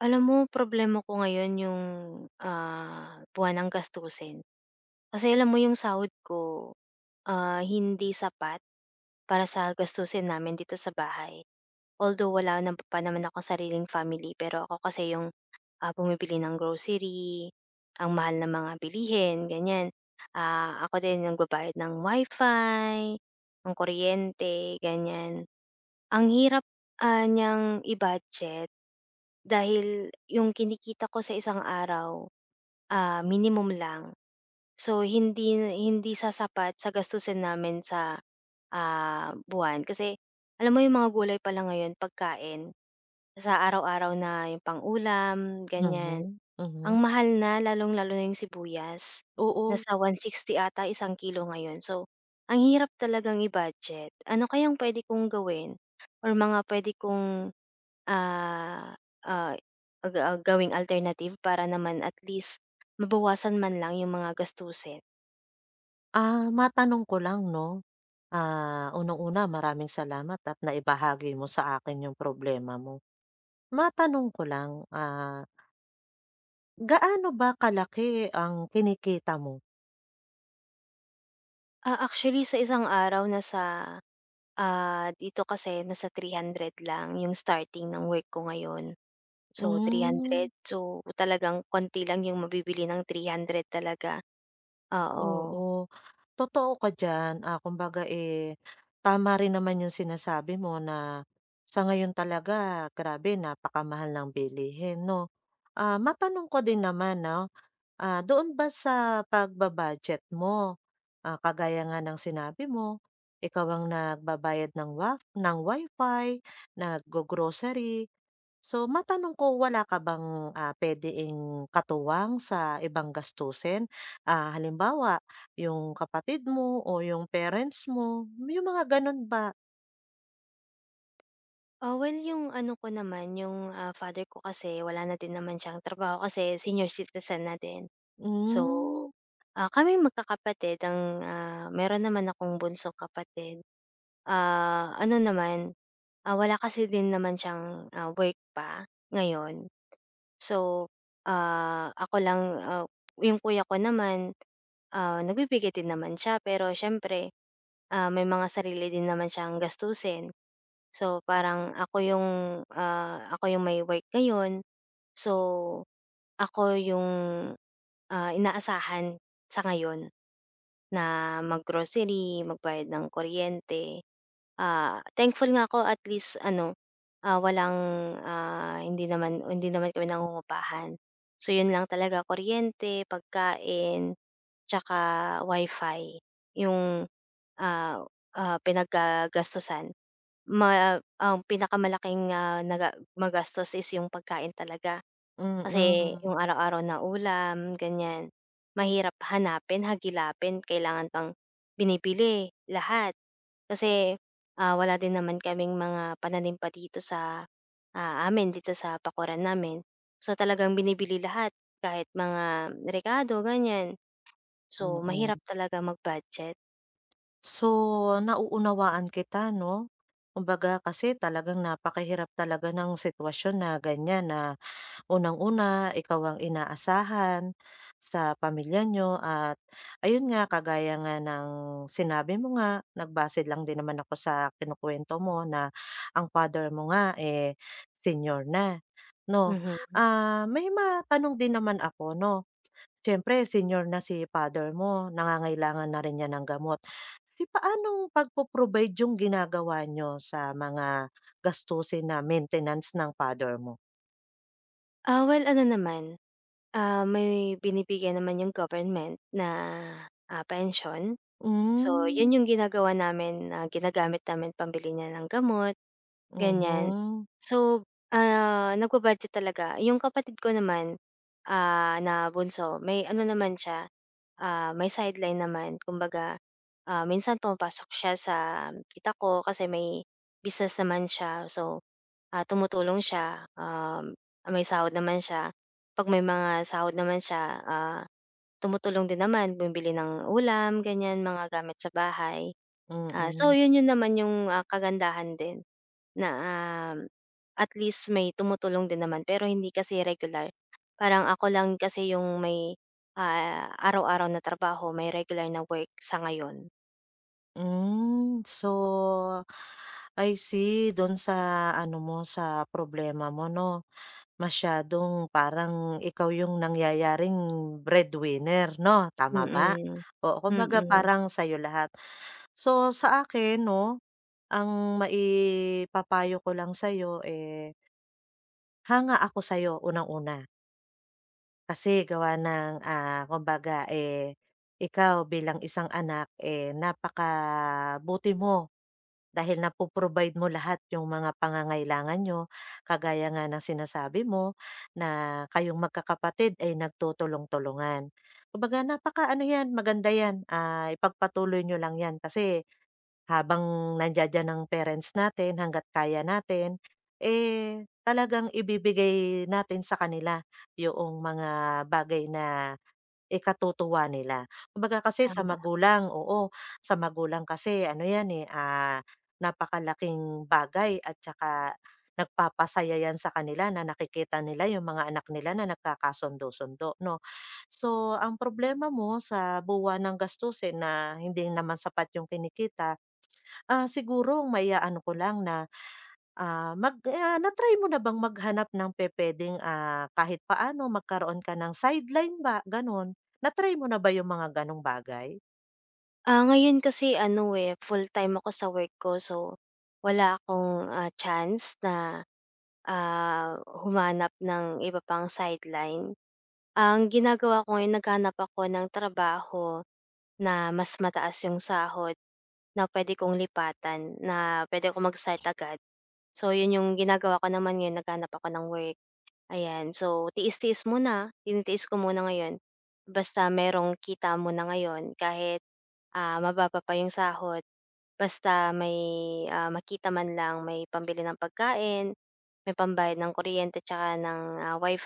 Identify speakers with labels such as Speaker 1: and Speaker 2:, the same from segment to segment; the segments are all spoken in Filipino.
Speaker 1: Alam mo problema ko ngayon yung, buwanang gastusin. Kasi alam mo yung sahod ko, hindi sapat para sa gastusin namin dito sa bahay. Although wala nam pa naman akong sariling family pero ako kasi yung bumibili ng grocery, ang mahal ng mga bilihin, ganyan. Ako din nagbabayad ng wifi ng kuryente, ganyan. Ang hirap, niyang i-budget dahil yung kinikita ko sa isang araw, minimum lang. So hindi hindi sasapat sa gastusin namin sa, buwan kasi alam mo yung mga gulay pala ngayon pagkain, sa araw-araw na yung pang-ulam ganyan,
Speaker 2: Mhm, mhm.
Speaker 1: ang mahal na lalong-lalo na yung sibuyas,
Speaker 2: Oo,
Speaker 1: nasa 160 ata isang kilo ngayon. So ang hirap talagang i-budget. Ano kayang puwede kong gawin or mga puwede kong Ah, ah, gawing alternative para naman at least mabawasan man lang yung mga gastusin.
Speaker 2: matanong ko lang 'no, unang-una maraming salamat at naibahagi mo sa akin yung problema mo. Matanong ko lang, gaano ba kalaki ang kinikita mo?
Speaker 1: Actually sa isang araw nasa, dito kasi nasa 300 lang yung starting ng work ko ngayon. So three
Speaker 2: Hmm,
Speaker 1: hundred so talagang konti lang yung mabibili ng 300 talaga, oo.
Speaker 2: oo, totoo ka diyan. Kumbaga, eh, tama rin naman yung sinasabi mo na sa ngayon talaga grabe napakamahal ng bilihin 'no. Matanong ko din naman 'no. Doon ba sa pagba mo, kagaya nga ng sinabi mo, ikaw ang nagbabayad ng wa ng wi naggo-grocery. So matanong ko, wala ka bang, puwedeng katuwang sa ibang gastusin? Halimbawa, yung kapatid mo o yung parents mo, yung mga gano'n ba?
Speaker 1: Well yung ano ko naman yung, father ko kasi wala na din naman siyang trabaho kasi senior citizen na din. So,
Speaker 2: Hmm,
Speaker 1: kaming magkakapatid ang, meron naman akong bunsong kapatid. Ano naman, wala kasi din naman siyang, work pa ngayon. So, ako lang, yung kuya ko naman, nagbibigay din naman siya pero siyempre, may mga sarili din naman siyang gastusin. So, parang ako yung, ako yung may work ngayon. So, ako yung, inaasahan sa ngayon. Na mag-grocery, magbayad ng kuryente. Thankful nga ako at least ano, walang, hindi naman kami nangungupahan. So 'yun lang talaga kuryente, pagkain, tsaka wifi, 'yung, ah, pinaggagastusan. Ang pinakamalaking, magastos is 'yung pagkain talaga.
Speaker 2: mm,
Speaker 1: Kasi
Speaker 2: mm.
Speaker 1: yung araw-araw na ulam ganyan, mahirap hanapin, hagilapin, kailangan pang binibili lahat. Kasi, wala din naman kaming mga pananim pa dito sa, amin dito sa bakuran namin. So, talagang binibili lahat kahit mga rekado ganyan. So,
Speaker 2: Mm.
Speaker 1: mahirap talaga mag-budget.
Speaker 2: So, nauunawaan kita 'no. Kumbaga kasi talagang napakahirap talaga ng sitwasyon na ganyan na unang-una ikaw ang inaasahan sa pamilya niyo at ayun nga kagaya nga ng sinabi mo nga, nagbase lang din naman ako sa kinukuwento mo na ang father mo nga, eh, senior na 'no.
Speaker 1: Mhm.
Speaker 2: May matanong din naman ako 'no, siyempre senior na si father mo, nangangailangan na rin 'yan ng gamot. Eh, paanong pagpo-provide yung ginagawa niyo sa mga gastusin na maintenance ng father mo?
Speaker 1: Well ano naman, may binibigyan naman yung government na, pensyon. So,
Speaker 2: Hmm,
Speaker 1: yun yung ginagawa namin na ginagamit namin pambili niya ng gamot, ganyan.
Speaker 2: mhm,
Speaker 1: So, nagba-budget talaga. Yung kapatid ko naman, na bunso, may ano naman siya, may sideline naman. Kumbaga, minsan pumapasok siya sa kita ko kasi may business naman siya. So, tumutulong siya, may sahod naman siya. Pag may mga sahod naman siya, tumutulong din naman, bumibili ng ulam, ganyan, mga gamit sa bahay. So
Speaker 2: mm.
Speaker 1: yun yun naman yung, kagandahan din na, um, at least may tumutulong din naman pero hindi kasi regular. Parang ako lang kasi yung may, araw-araw na trabaho, may regular na work sa ngayon.
Speaker 2: Hmm, so, I see dun sa ano mo, sa problema mo 'no, masyadong parang ikaw yung nangyayaring breadwinner 'no, tama
Speaker 1: Mm,
Speaker 2: ba? Oo, kumbaga
Speaker 1: mm,
Speaker 2: parang sa'yo lahat. So, sa akin 'no, ang maipapayo ko lang sa'yo, eh. Hanga ako sa'yo unang-una, kasi gawa ng, kumbaga, eh, ikaw bilang isang anak, eh, napakabuti mo dahil napo mo lahat yung mga pangangailangan niyo. Kagaya nga ng sinasabi mo na kayong magkakapatid ay nagtutulong-tulungan. Kumbaga napaka ano 'yan, maganda 'yan, ipagpatuloy niyo lang 'yan kasi habang nandiya-diyan ang parents natin hangga't kaya natin, eh, talagang ibibigay natin sa kanila yoong mga bagay na ikatutuwa nila. Kumbaga kasi sa
Speaker 1: tama.
Speaker 2: magulang, oo, sa magulang kasi ano 'yan, eh, napakalaking bagay at saka nagpapasaya 'yan sa kanila na nakikita nila yung mga anak nila na nagkakasundo-sundo 'no. So, ang problema mo sa buwan ng gastusin na hindi naman sapat yung kinikita. Siguro maiaano ko lang na, mag na-try mo na bang maghanap ng pupuwedeng, kahit paano magkaroon ka ng sideline ba, gano'n? Na-try mo na ba yung mga gano'ng bagay?
Speaker 1: Ngayon kasi ano, eh, full-time ako sa work ko so wala akong, chance na, ah, humanap ng iba pang sideline. Ang ginagawa ko ngayon naghahanap ako ng trabaho na mas mataas yung sahod na puwede kong lipatan, na pwede akong mag-start agad. So, yun yung ginagawa ko naman ngayon, naghanap ako ng work, ayan. So, tiis-tiis muna, tinitiis ko muna ngayon. Basta merong kita muna ngayon kahit mababa pa yung sahod, basta may, makita man lang may pambili ng pagkain, may pambayad ng kuryente tsaka ng,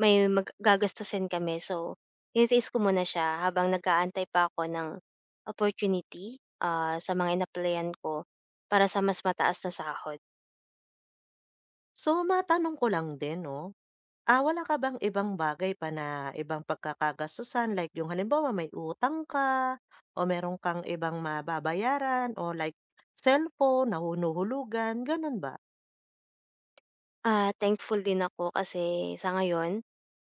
Speaker 1: may gagastusin kami. So, tinitiis ko muna siya habang nag-aantay pa ako ng opportunity, sa mga inaplayan ko para sa mas mataas na sahod.
Speaker 2: So, matanong ko lang din 'no, wala ka bang ibang bagay pa na ibang pagkakagastusan like yung halimbawa may utang ka o meron kang ibang ma o like cellphone na hinuhulugan, gano'n ba?
Speaker 1: Thankful din ako kasi sa ngayon,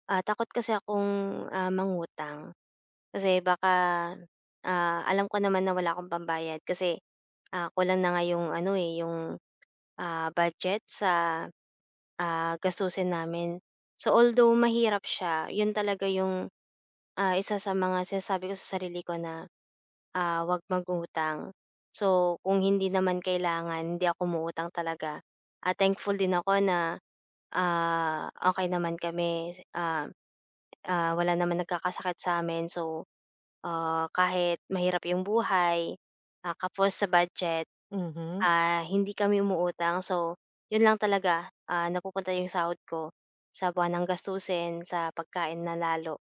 Speaker 1: takot kasi akong, mangutang. Kasi baka, alam ko naman na wala akong pambayad kasi, kulang na nga yung ano, eh, yung, budget sa, gastusin namin. So, although mahirap siya, yun talaga yung isa sa mga sinasabi ko sa sarili ko na, 'wag mangutang. So, kung hindi naman kailangan, hindi ako umuutang talaga. Thankful din ako na, okey naman kami, wala naman nagkakasakit sa'min. So, kahit mahirap yung buhay, kapos sa budget,
Speaker 2: Mhm.
Speaker 1: hindi kami umuutang. So, yun lang talaga, napupunta yung sahod ko sa buwan ng gastusin, sa pagkain na lalo.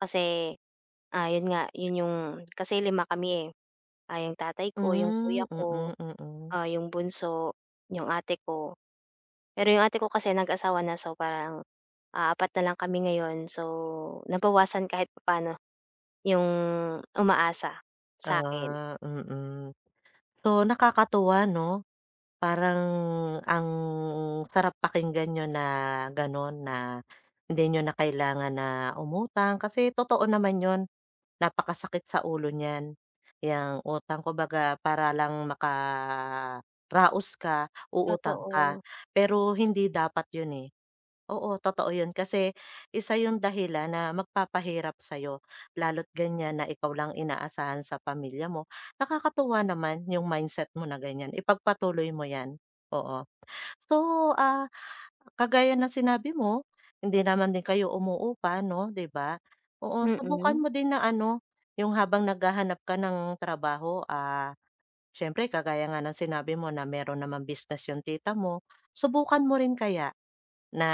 Speaker 1: Kasi, yun nga, yun yung kasi lima kami, eh. Yung tatay ko, yung
Speaker 2: Hmm,
Speaker 1: kuya
Speaker 2: mm,
Speaker 1: ko,
Speaker 2: mm. Mm.
Speaker 1: yung bunso, yung ate ko. Pero yung ate ko kasi nag-asawa na so parang, 4 na lang kami ngayon. So, nabawasan kahit paano yung umaasa sa akin.
Speaker 2: Mm. Mm. So, nakakatuwa 'no, parang ang sarap pakinggan niyo na gano'n na hindi niyo na kailangan na umutang kasi totoo naman yon napakasakit sa ulo niyan, 'yang utang. Kumbaga para lang makaraos ka, uutang ka,
Speaker 1: Totoo.
Speaker 2: pero hindi dapat 'yun, eh. Oo, totoo yun kasi isa yung dahilan na magpapahirap sa'yo lalo't ganyan na ikaw lang inaasahan sa pamilya mo. Nakakatuwa naman yung mindset mo na ganyan, ipagpatuloy mo yan, oo. So, ah, kagaya ng sinabi mo, hindi naman din kayo umuupa 'no, 'di ba? Oo, subukan
Speaker 1: Mm.
Speaker 2: mo din na ano, yung habang naghahanap ka ng trabaho, siyempre kagaya nga ng sinabi mo na meron namang business yung tita mo, subukan mo rin kaya na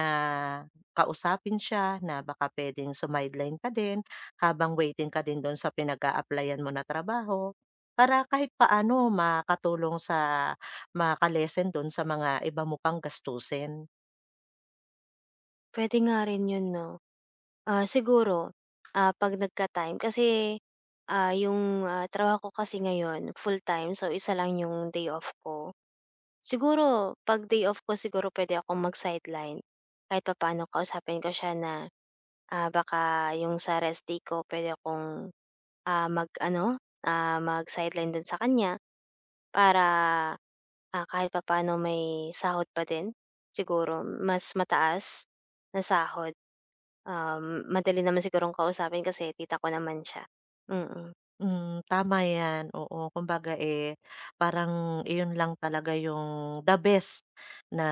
Speaker 2: kausapin siya na baka puwedeng sumideline ka din habang waiting ka din do'n sa pinag-a-applyan mo na trabaho, para kahit paano makatulong sa makalesen lessen do'n sa mga iba mo pang gastusin.
Speaker 1: Puwede nga rin yun 'no? Siguro, 'pag nagka-time kasi, yung, trabaho ko kasi ngayon full-time so isa lang yung day off ko. Siguro 'pag day off ko siguro puwede akong mag-sideline kahit papaano kausapin ko siya na, baka yung sa rest day ko puwede akong, mag-ano, mag-sideline do'n sa kanya para, kahit papaano may sahod pa din siguro mas mataas na sahod. Madali naman sigurong kausapin kasi tita ko naman siya. Mm,
Speaker 2: Hmm, tama 'yan, oo. Kumbaga, eh, parang iyon lang talaga yung the best na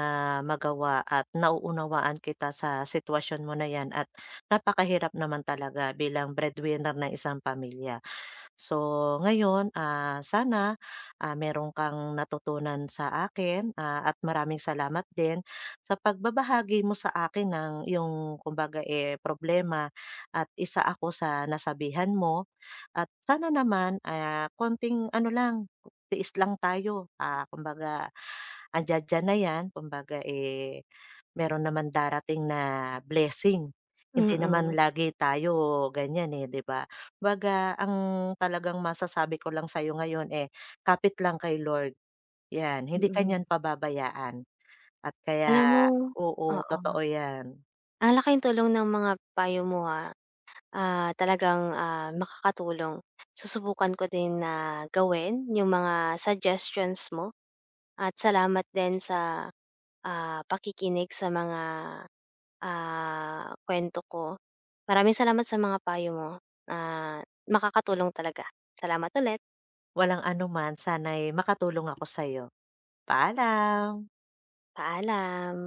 Speaker 2: magawa at nauunawaan kita sa sitwasyon mo na 'yan at napakahirap naman talaga bilang breadwinner ng isang pamilya. So, ngayon, sana, meron kang natutunan sa akin, at maraming salamat din sa pagbabahagi mo sa akin ng yung kumbaga, eh, problema at isa ako sa nasabihan mo. At sana naman, konting ano lang, tiis lang tayo, kumbaga andiya-diyan na 'yan kumbaga, eh, meron naman darating na blessing. Hindi
Speaker 1: mm,
Speaker 2: naman lagi tayo ganyan, eh, 'di ba? Kumbaga ang talagang masasabi ko lang sa'yo ngayon, eh, kapit lang kay Lord, 'yan. Hindi ka
Speaker 1: mm.
Speaker 2: niyan pababayaan at
Speaker 1: Alam mo,
Speaker 2: kaya. Oo,
Speaker 1: oo,
Speaker 2: totoo 'yan.
Speaker 1: ang laking tulong ng mga payo mo, ha. Talagang, makakatulong. Susubukan ko din na gawin yung mga suggestions mo at salamat din sa, pakikinig sa mga, kuwento ko. Maraming salamat sa mga payo mo, ah, makakatulong talaga. Salamat ulit,
Speaker 2: Walang anuman, sana'y makatulong ako sa'yo. Paalam.
Speaker 1: paalam.